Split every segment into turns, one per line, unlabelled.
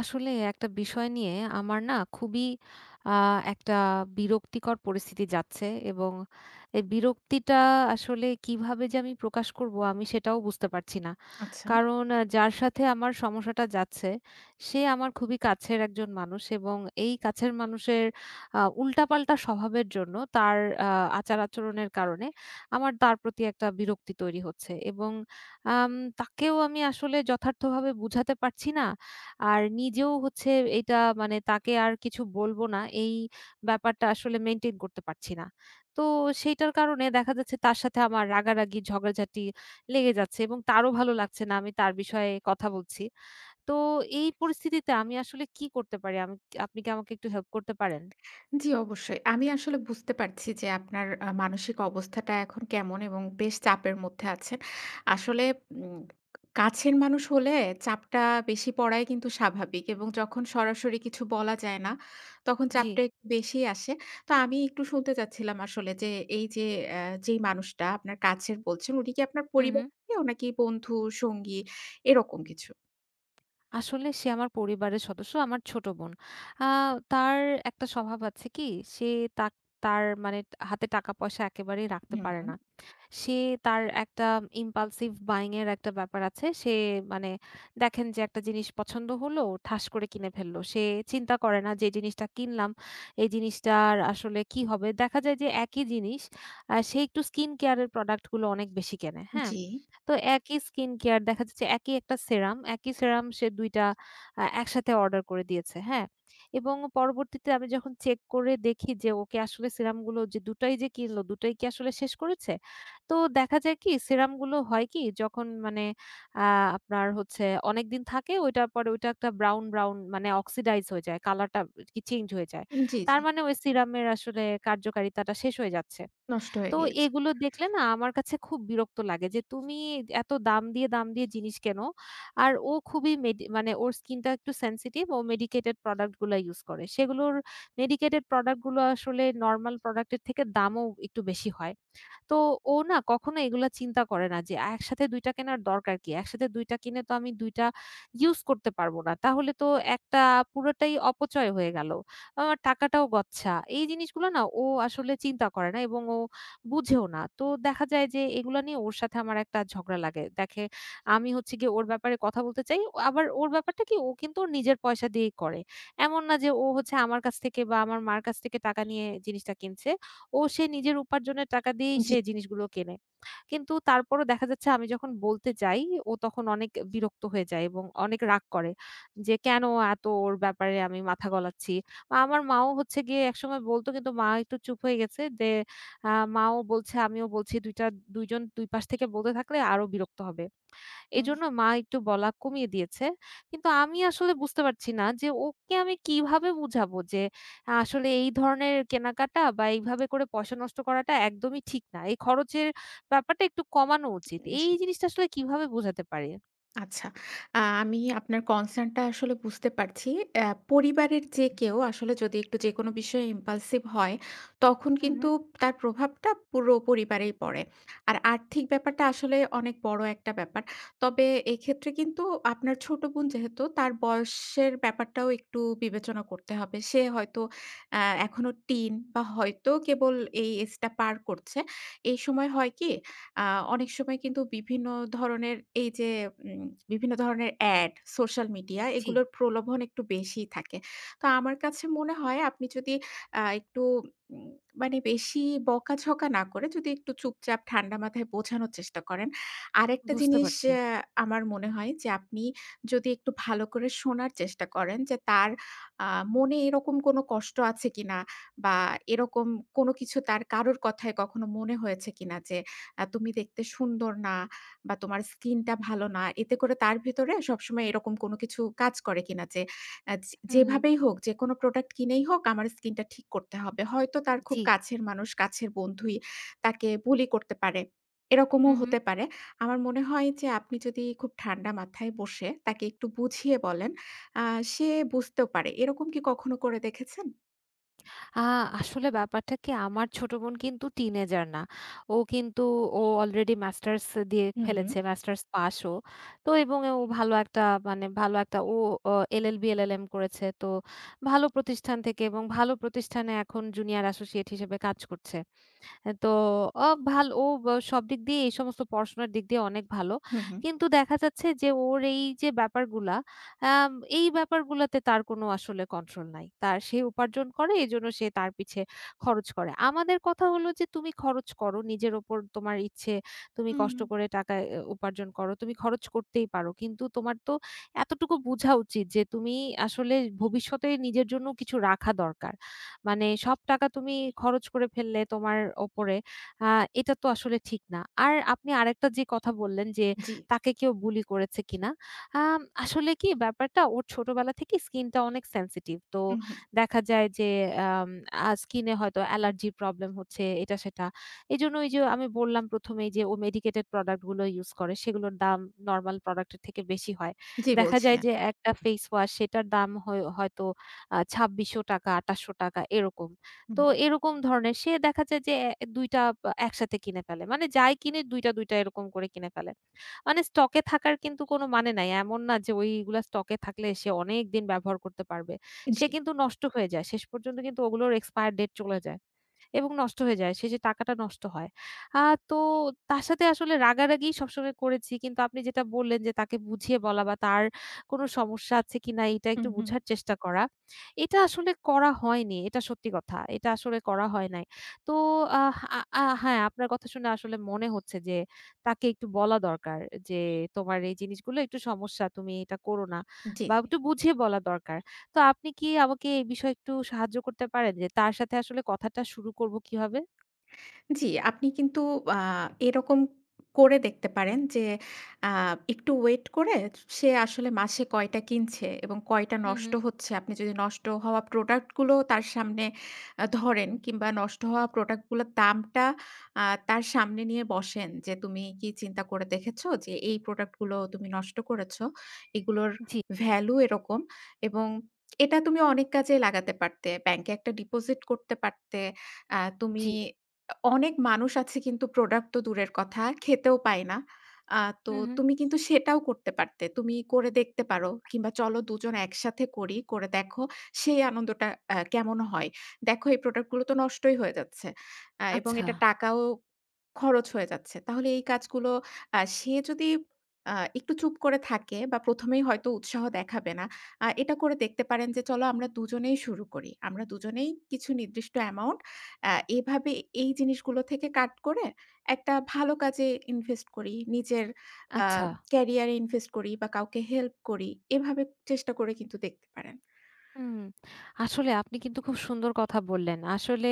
আসলে একটা বিষয় নিয়ে আমার না খুবই আ একটা বিরক্তিকর পরিস্থিতি যাচ্ছে এবং এই বিরক্তিটা আসলে কিভাবে যে আমি প্রকাশ করব আমি সেটাও বুঝতে পারছি না।
আচ্ছা।
কারণ যার সাথে আমার সমস্যাটা যাচ্ছে সে আমার খুবই কাছের একজন মানুষ, এবং এই কাছের মানুষের উল্টাপাল্টা স্বভাবের জন্য, তার আ আচার-আচরণের কারণে আমার তার প্রতি একটা বিরক্তি তৈরি হচ্ছে, এবং আম তাকেও আমি আসলে যথার্থভাবে বুঝাতে পারছি না। আর নিজেও হচ্ছে এইটা মানে তাকে আর কিছু বলব না, এই ব্যাপারটা আসলে মেইনটেইন করতে পারছি না। তো সেইটার কারণে দেখা যাচ্ছে তার সাথে আমার রাগারাগি, ঝগড়াঝাটি লেগে যাচ্ছে এবং তারও ভালো লাগছে না আমি তার বিষয়ে কথা বলছি। তো এই পরিস্থিতিতে আমি আসলে কি করতে পারি? আমি, আপনি কি আমাকে একটু হেল্প করতে পারেন?
জি, অবশ্যই। আমি আসলে বুঝতে পারছি যে আপনার মানসিক অবস্থাটা এখন কেমন এবং বেশ চাপের মধ্যে আছেন। আসলে উম কাছের মানুষ হলে চাপটা বেশি পড়াই কিন্তু স্বাভাবিক এবং যখন সরাসরি কিছু বলা যায় না, তখন
জি।
চাপটা একটু বেশিই আসে। তো আমি একটু শুনতে চাচ্ছিলাম আসলে যে এই যে যেই মানুষটা আপনার কাছের বলছেন, উনি কি আপনার
হুম,
পরিবার
হুম।
কেউ নাকি বন্ধু, সঙ্গী এরকম কিছু?
আসলে সে আমার পরিবারের সদস্য, আমার ছোট বোন। আ তার একটা স্বভাব আছে কি, সে তাক তার মানে হাতে টাকা-পয়সা একেবারেই রাখতে
হুম,
পারে
হুম।
না। সে, তার একটা impulsive buying এর একটা ব্যাপার আছে। সে মানে দেখেন যে একটা জিনিস পছন্দ হলো, ঠাস করে কিনে ফেললো। সে চিন্তা করে না যে এই জিনিসটা কিনলাম, এই জিনিসটার আসলে কি হবে? দেখা যায় যে একই জিনিস, সে একটু স্কিন কেয়ার এর প্রোডাক্ট গুলো অনেক বেশি কেনে, হ্যাঁ?
জি।
তো একই স্কিন কেয়ার দেখা যাচ্ছে, একই একটা সেরাম, একই সেরাম সে ২ টা একসাথে অর্ডার করে দিয়েছে, হ্যাঁ? এবং পরবর্তীতে আমি যখন চেক করে দেখি যে ওকে আসলে সেরাম গুলো যে ২ টাই যে কিনলো, ২ টাই কি আসলে শেষ করেছে? তো দেখা যায় কি, সিরামগুলো হয় কি যখন মানে আ আপনার হচ্ছে অনেকদিন থাকে, ওইটার পরে ওইটা একটা ব্রাউন, ব্রাউন মানে অক্সিডাইজ হয়ে যায়। কালারটা আরকি চেঞ্জ হয়ে যায়।
জি,
তার
জি।
মানে ওই সিরামের আসলে কার্যকারিতাটা শেষ হয়ে যাচ্ছে।
নষ্ট হয়ে
তো
গিয়েছে।
এগুলো দেখলে না আমার কাছে খুব বিরক্ত লাগে যে, "তুমি এত দাম দিয়ে, দাম দিয়ে জিনিস কেনো।" আর ও খুবই মেডি মানে ওর স্কিনটা একটু সেনসিটিভ। ও মেডিকেটেড প্রোডাক্ট গুলা ইউস করে। সেগুলোর, মেডিকেটেড প্রোডাক্ট গুলো আসলে নরমাল প্রোডাক্ট এর থেকে দামও একটু বেশি হয়। তো ও না কখনো এগুলা চিন্তা করে না যে একসাথে ২ টা কেনার দরকার কি? একসাথে ২ টা কিনে তো আমি ২ টা ইউজ করতে পারব না। তাহলে তো একটা পুরোটাই অপচয় হয়ে গেল। আমার টাকাটাও গচ্ছা। এই জিনিসগুলো না ও আসলে চিন্তা করে না, এবং ও বুঝেও না। তো দেখা যায় যে এগুলা নিয়ে ওর সাথে আমার একটা ঝগড়া লাগে। দেখে আমি হচ্ছে গিয়ে ওর ব্যাপারে কথা বলতে চাই। ও- আবার ওর ব্যাপারটা কি, ও কিন্তু ওর নিজের পয়সা দিয়েই করে। এমন না যে ও হচ্ছে আমার কাছ থেকে বা আমার মার কাছ থেকে টাকা নিয়ে জিনিসটা কিনছে। ও, সে নিজের উপার্জনের টাকা দিয়েই
জি,
সে জিনিসগুলো কেনে। কিন্তু তারপরও দেখা যাচ্ছে, আমি যখন বলতে যাই, ও তখন অনেক বিরক্ত হয়ে যায় এবং অনেক রাগ করে যে, "কেন এত ওর ব্যাপারে আমি মাথা গলাচ্ছি?" বা আমার মাও হচ্ছে গিয়ে একসময় বলত, কিন্তু মা একটু চুপ হয়ে গেছে যে, আ মাও বলছে, আমিও বলছি, ২ টা ২ জন ২ পাশ থেকে বলতে থাকলে আরো বিরক্ত হবে।
হুম,
এজন্য মা একটু বলা কমিয়ে দিয়েছে। কিন্তু আমি আসলে বুঝতে পারছি না যে ওকে আমি কিভাবে বুঝাবো যে আসলে এই ধরনের কেনাকাটা বা এইভাবে করে পয়সা নষ্ট করাটা একদমই ঠিক না। এই খরচের ব্যাপারটা একটু কমানো উচিত। এই
জি।
জিনিসটা আসলে কিভাবে বোঝাতে পারি?
আচ্ছা। আমি আপনার কনসার্ন টা আসলে বুঝতে পারছি। পরিবারের যে কেউ আসলে যদি একটু যেকোনো বিষয়ে ইম্পালসিভ হয়, তখন
হুম,
কিন্তু
হুম।
তার প্রভাবটা পুরো পরিবারেই পড়ে। আর আর্থিক ব্যাপারটা আসলে অনেক বড় একটা ব্যাপার। তবে এক্ষেত্রে কিন্তু আপনার ছোট বোন যেহেতু তার বয়সের ব্যাপারটাও একটু বিবেচনা করতে হবে। সে হয়তো এখনো টিন বা হয়তো কেবল এই এজটা পার করছে। এই সময় হয় কি আ অনেক সময় কিন্তু বিভিন্ন ধরনের এই যে উম বিভিন্ন ধরনের অ্যাড, সোশ্যাল মিডিয়া
জি,
এগুলোর প্রলোভন একটু বেশিই থাকে। তো আমার কাছে মনে হয় আপনি যদি একটু উম মানে বেশি বকাঝকা না করে যদি একটু চুপচাপ ঠান্ডা মাথায় বোঝানোর চেষ্টা করেন। আরেকটা
বুঝতে
জিনিস
পারছি।
আ আমার মনে হয় যে আপনি যদি একটু ভালো করে শোনার চেষ্টা করেন যে তার আ মনে এরকম কোনো কষ্ট আছে কিনা বা এরকম কোনো কিছু তার কারোর কথায় কখনো মনে হয়েছে কিনা যে তুমি দেখতে সুন্দর না বা তোমার স্কিনটা ভালো না। এতে করে তার ভেতরে সবসময় এরকম কোনো কিছু কাজ করে কিনা যে যে
হুম, হুম।
যেভাবেই হোক, যেকোনো প্রোডাক্ট কিনেই হোক আমার স্কিনটা ঠিক করতে হবে। হয়তো তার খুব
জি।
কাছের মানুষ, কাছের বন্ধুই তাকে বুলি করতে পারে। এরকমও
হুম, হুম।
হতে পারে। আমার মনে হয় যে আপনি যদি খুব ঠান্ডা মাথায় বসে তাকে একটু বুঝিয়ে বলেন, আ সে বুঝতেও পারে। এরকম কি কখনো করে দেখেছেন?
আ আসলে ব্যাপারটা কি আমার ছোট বোন কিন্তু টিনেজার না। ও কিন্তু, ও অলরেডি মাস্টার্স দিয়ে
হুম, হুম।
ফেলেছে। মাস্টার্স পাস ও। তো এবং ও ভালো একটা মানে ভালো একটা ও এলএলবি, এলএলএম করেছে। তো ভালো প্রতিষ্ঠান থেকে, এবং ভালো প্রতিষ্ঠানে এখন জুনিয়র অ্যাসোসিয়েট হিসেবে কাজ করছে। তো ভালো ও সব দিক দিয়ে এই সমস্ত পড়াশোনার দিক দিয়ে অনেক ভালো।
হুম, হুম।
কিন্তু দেখা যাচ্ছে যে ওর এই যে ব্যাপারগুলা, আম এই ব্যাপারগুলাতে তার কোনো আসলে কন্ট্রোল নাই। তার, সে উপার্জন করে এজন্য সে তার পিছে খরচ করে। আমাদের কথা হলো যে তুমি খরচ করো নিজের উপর, তোমার ইচ্ছে, তুমি
হুম।
কষ্ট করে টাকা উপার্জন করো। তুমি খরচ করতেই পারো। কিন্তু তোমার তো এতটুকু বুঝা উচিত যে তুমি আসলে ভবিষ্যতে নিজের জন্য কিছু রাখা দরকার। মানে সব টাকা তুমি খরচ করে ফেললে তোমার ওপরে, আ এটা তো আসলে ঠিক না। আর আপনি আরেকটা যে কথা বললেন যে,
জি।
তাকে কেউ বুলি করেছে কিনা? আসলে কি ব্যাপারটা, ওর ছোটবেলা থেকে স্কিনটা অনেক সেনসিটিভ। তো
হুম, হুম।
দেখা যায় যে আম স্কিনে হয়তো অ্যালার্জি প্রবলেম হচ্ছে এটা সেটা। এজন্য ওই যে আমি বললাম ১ম, এই যে ও মেডিকেটেড প্রোডাক্ট গুলো ইউস করে সেগুলোর দাম নরমাল প্রোডাক্ট এর থেকে বেশি হয়।
জি
দেখা যায়
বলছিলেন।
যে একটা ফেস ওয়াশ সেটার দাম হয় হয়তো ৳২৬০০, ৳২৮০০ এরকম। তো
হুম,
এরকম ধরনের সে দেখা যায় যে ২ টা বা একসাথে কিনে ফেলে। মানে যাই কিনে ২ টা ২ টা এরকম করে কিনে ফেলে। মানে স্টকে থাকার কিন্তু কোনো মানে নাই। এমন না যে ওইগুলা স্টকে থাকলে সে অনেকদিন ব্যবহার করতে পারবে। সে
জি।
কিন্তু নষ্ট হয়ে যায়। শেষ পর্যন্ত কিন্তু ওগুলোর এক্সপায়ার ডেট চলে যায়। এবং নষ্ট হয়ে যায়। সেই যে টাকাটা নষ্ট হয়। আ তো তার সাথে আসলে রাগারাগি সবসময় করেছি। কিন্তু আপনি যেটা বললেন যে তাকে বুঝিয়ে বলা, বা তার কোনো সমস্যা আছে কিনা এটা একটু
হুম, হুম।
বুঝার চেষ্টা করা। এটা আসলে করা হয়নি। এটা সত্যি কথা। এটা আসলে করা হয় নাই। তো, আহ আ আ হ্যাঁ, আপনার কথা শুনে আসলে মনে হচ্ছে যে তাকে একটু বলা দরকার যে, "তোমার এই জিনিসগুলো একটু সমস্যা। তুমি এটা করো না।"
জি।
বা একটু বুঝিয়ে বলা দরকার। তো আপনি কি আমাকে এই বিষয়ে একটু সাহায্য করতে পারেন যে তার সাথে আসলে কথাটা শুরু করব কিভাবে?
জি, আপনি কিন্তু আ এরকম করে দেখতে পারেন যে আ একটু ওয়েট করে সে আসলে মাসে কয়টা কিনছে এবং কয়টা
হুম,
নষ্ট
হুম।
হচ্ছে। আপনি যদি নষ্ট হওয়া প্রোডাক্ট গুলো তার সামনে ধরেন কিংবা নষ্ট হওয়া প্রোডাক্ট গুলোর দামটা তার সামনে নিয়ে বসেন যে, "তুমি কি চিন্তা করে দেখেছো যে এই প্রোডাক্ট গুলো তুমি নষ্ট করেছ? এগুলোর
জি,
ভ্যালু এরকম এবং এটা তুমি অনেক কাজে লাগাতে পারতে। ব্যাংকে একটা ডিপোজিট করতে পারতে। তুমি"
জি।
অনেক মানুষ আছে কিন্তু প্রোডাক্ট তো দূরের কথা, খেতেও পায় না। আ তো
হুম, হুম।
তুমি কিন্তু সেটাও করতে পারতে। তুমি করে দেখতে পারো কিংবা চলো ২ জন একসাথে করি, করে দেখো সেই আনন্দটা কেমন হয়। দেখো এই প্রোডাক্ট গুলো তো নষ্টই হয়ে যাচ্ছে। এবং
আচ্ছা,
এটা টাকাও খরচ হয়ে যাচ্ছে। তাহলে এই কাজগুলো সে যদি একটু চুপ করে থাকে বা প্রথম এই হয়তো উৎসাহ দেখাবে না। এটা করে দেখতে পারেন যে চলো আমরা দুজনেই শুরু করি। আমরা দুজনেই কিছু নির্দিষ্ট অ্যামাউন্ট এভাবে এই জিনিসগুলো থেকে কাট করে একটা ভালো কাজে ইনভেস্ট করি। নিজের আ
আচ্ছা।
ক্যারিয়ারে ইনভেস্ট করি বা কাউকে হেল্প করি। এভাবে চেষ্টা করে কিন্তু দেখতে পারেন।
হুম, আসলে আপনি কিন্তু খুব সুন্দর কথা বললেন। আসলে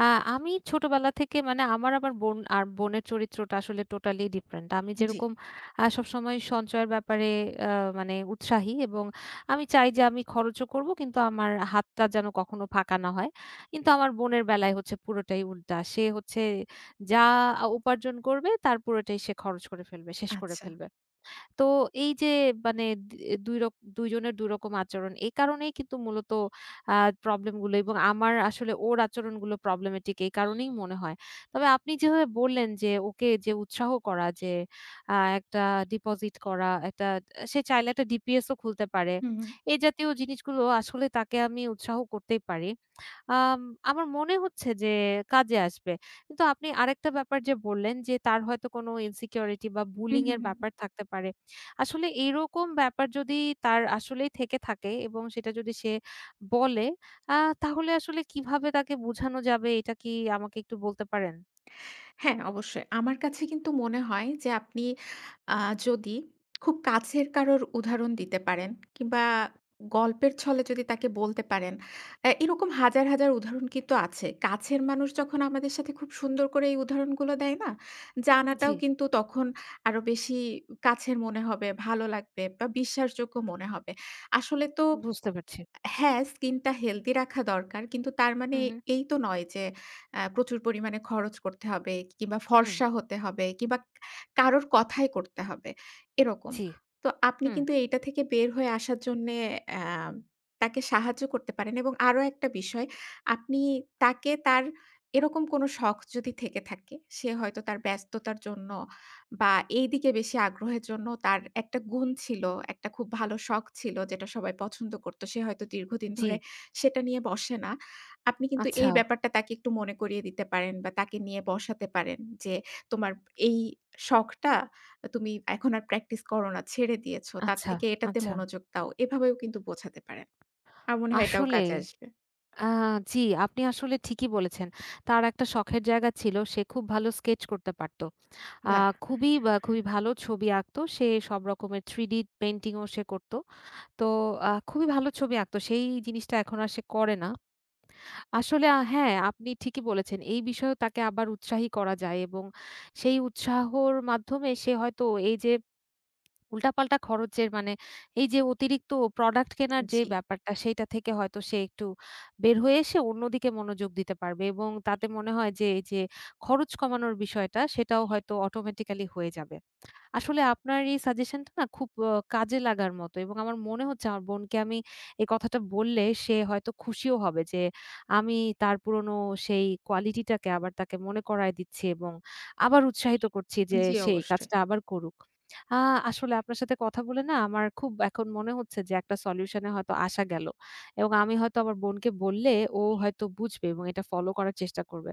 আ আমি ছোটবেলা থেকে মানে, আমার আবার বোন আর বোনের চরিত্রটা আসলে টোটালি ডিফারেন্ট। আমি
জি।
যেরকম সবসময় সঞ্চয়ের ব্যাপারে আ মানে উৎসাহী, এবং আমি চাই যে আমি খরচও করব কিন্তু আমার হাতটা যেন কখনো ফাঁকা না হয়। কিন্তু আমার বোনের বেলায় হচ্ছে পুরোটাই উল্টা। সে হচ্ছে যা উপার্জন করবে তার পুরোটাই সে খরচ করে ফেলবে, শেষ করে
আচ্ছা।
ফেলবে। তো এই যে মানে দে ২ রক ২ জনের ২ রকম আচরণ এই কারণেই কিন্তু মূলত আ প্রবলেম গুলো, এবং আমার আসলে ওর আচরণগুলো প্রবলেমেটিক এই কারণেই মনে হয়। তবে আপনি যেভাবে বললেন যে ওকে যে উৎসাহ করা যে একটা ডিপোজিট করা, একটা, সে চাইলে একটা ডিপিএস ও খুলতে পারে।
হুম, হুম।
এই জাতীয় জিনিসগুলো আসলে তাকে আমি উৎসাহ করতেই পারি। আম আমার মনে হচ্ছে যে কাজে আসবে। কিন্তু আপনি আরেকটা ব্যাপার যে বললেন যে তার হয়তো কোনো ইনসিকিউরিটি বা
হুম,
বুলিং
হুম,
এর
হুম।
ব্যাপার থাকতে পারে। আসলে এইরকম ব্যাপার যদি তার আসলেই থেকে থাকে এবং সেটা যদি সে বলে আ তাহলে আসলে কিভাবে তাকে বোঝানো যাবে, এটা কি আমাকে একটু বলতে পারেন?
হ্যাঁ, অবশ্যই। আমার কাছে কিন্তু মনে হয় যে আপনি আ যদি খুব কাছের কারোর উদাহরণ দিতে পারেন কিংবা গল্পের ছলে যদি তাকে বলতে পারেন, এরকম হাজার, হাজার উদাহরণ কিন্তু আছে। কাছের মানুষ যখন আমাদের সাথে খুব সুন্দর করে এই উদাহরণগুলো দেয় না?
জি,
জানাটাও কিন্তু তখন আরো বেশি কাছের মনে হবে, ভালো লাগবে বা বিশ্বাসযোগ্য মনে হবে। আসলে তো
বুঝতে পারছি।
হ্যাঁ, স্কিনটা হেলথি রাখা দরকার। কিন্তু তার মানে
হুম, হুম,
এই তো নয় যে প্রচুর পরিমাণে খরচ করতে হবে কিংবা
হুম,
ফর্সা হতে হবে কিংবা কারোর কথাই করতে হবে, এরকম।
জি,
তো আপনি
হুম,
কিন্তু এইটা থেকে বের হয়ে আসার জন্যে আ তাকে সাহায্য করতে পারেন এবং আরো একটা বিষয়, আপনি তাকে তার এরকম কোনো শখ যদি থেকে থাকে, সে হয়তো তার ব্যস্ততার জন্য বা এইদিকে বেশি আগ্রহের জন্য তার একটা গুণ ছিল, একটা খুব ভালো শখ ছিল যেটা সবাই পছন্দ করত। সে হয়তো দীর্ঘদিন
জি।
ধরে সেটা নিয়ে বসে না। আপনি কিন্তু
আচ্ছা,
এই ব্যাপারটা তাকে একটু মনে করিয়ে দিতে পারেন বা তাকে নিয়ে বসাতে পারেন যে, "তোমার এই শখটা তুমি এখন আর প্র্যাকটিস করো না, ছেড়ে দিয়েছ। তার
আচ্ছা,
থেকে এটাতে
আচ্ছা।
মনোযোগ দাও।" এভাবেও কিন্তু বোঝাতে পারেন। আমার মনে হয় এটাও
আসলেই।
কাজে আসবে।
আ জি, আপনি আসলে ঠিকই বলেছেন। তার একটা শখের জায়গা ছিল। সে খুব ভালো স্কেচ করতে পারত। আ
বাহ!
খুবই ভালো ছবি আঁকত। সে সব রকমের 3D পেইন্টিং ও সে করত। তো খুবই ভালো ছবি আঁকত। সেই জিনিসটা এখন আর সে করে না। আসলে হ্যাঁ, আপনি ঠিকই বলেছেন। এই বিষয়েও তাকে আবার উৎসাহী করা যায়, এবং সেই উৎসাহর মাধ্যমে সে হয়তো এই যে উল্টাপাল্টা খরচের মানে এই যে অতিরিক্ত প্রোডাক্ট কেনার যে
জি,
ব্যাপারটা সেইটা থেকে হয়তো সে একটু বের হয়ে এসে অন্যদিকে মনোযোগ দিতে পারবে, এবং তাতে মনে হয় যে এই যে খরচ কমানোর বিষয়টা সেটাও হয়তো অটোমেটিক্যালি হয়ে যাবে। আসলে আপনার এই সাজেশনটা না খুব কাজে লাগার মতো, এবং আমার মনে হচ্ছে আমার বোনকে আমি এই কথাটা বললে সে হয়তো খুশিও হবে যে আমি তার পুরনো সেই কোয়ালিটিটাকে আবার তাকে মনে করায় দিচ্ছি, এবং আবার উৎসাহিত করছি যে
জি
সে এই
অবশ্যই।
কাজটা আবার করুক। আ আসলে আপনার সাথে কথা বলে না আমার খুব এখন মনে হচ্ছে যে একটা সলিউশন এ হয়তো আসা গেল, এবং আমি হয়তো আমার বোনকে বললে ও হয়তো বুঝবে এবং এটা ফলো করার চেষ্টা করবে।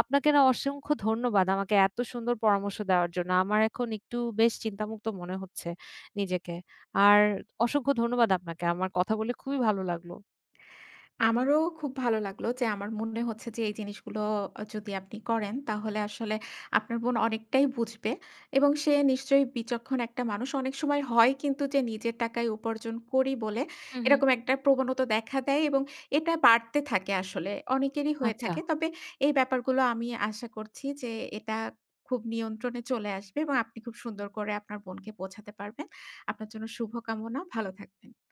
আপনাকে না অসংখ্য ধন্যবাদ আমাকে এত সুন্দর পরামর্শ দেওয়ার জন্য। আমার এখন একটু বেশ চিন্তামুক্ত মনে হচ্ছে নিজেকে। আর অসংখ্য ধন্যবাদ আপনাকে। আমার কথা বলে খুবই ভালো লাগলো।
আমারও খুব ভালো লাগলো যে আমার মনে হচ্ছে যে এই জিনিসগুলো যদি আপনি করেন তাহলে আসলে আপনার বোন অনেকটাই বুঝবে এবং সে নিশ্চয়ই বিচক্ষণ একটা মানুষ। অনেক সময় হয় কিন্তু যে নিজের টাকায় উপার্জন করি বলে
হু, হু।
এরকম একটা প্রবণতা দেখা দেয় এবং এটা বাড়তে থাকে আসলে অনেকেরই হয়ে
আচ্ছা।
থাকে। তবে এই ব্যাপারগুলো আমি আশা করছি যে এটা খুব নিয়ন্ত্রণে চলে আসবে এবং আপনি খুব সুন্দর করে আপনার বোনকে বোঝাতে পারবেন। আপনার জন্য শুভকামনা, ভালো থাকবেন।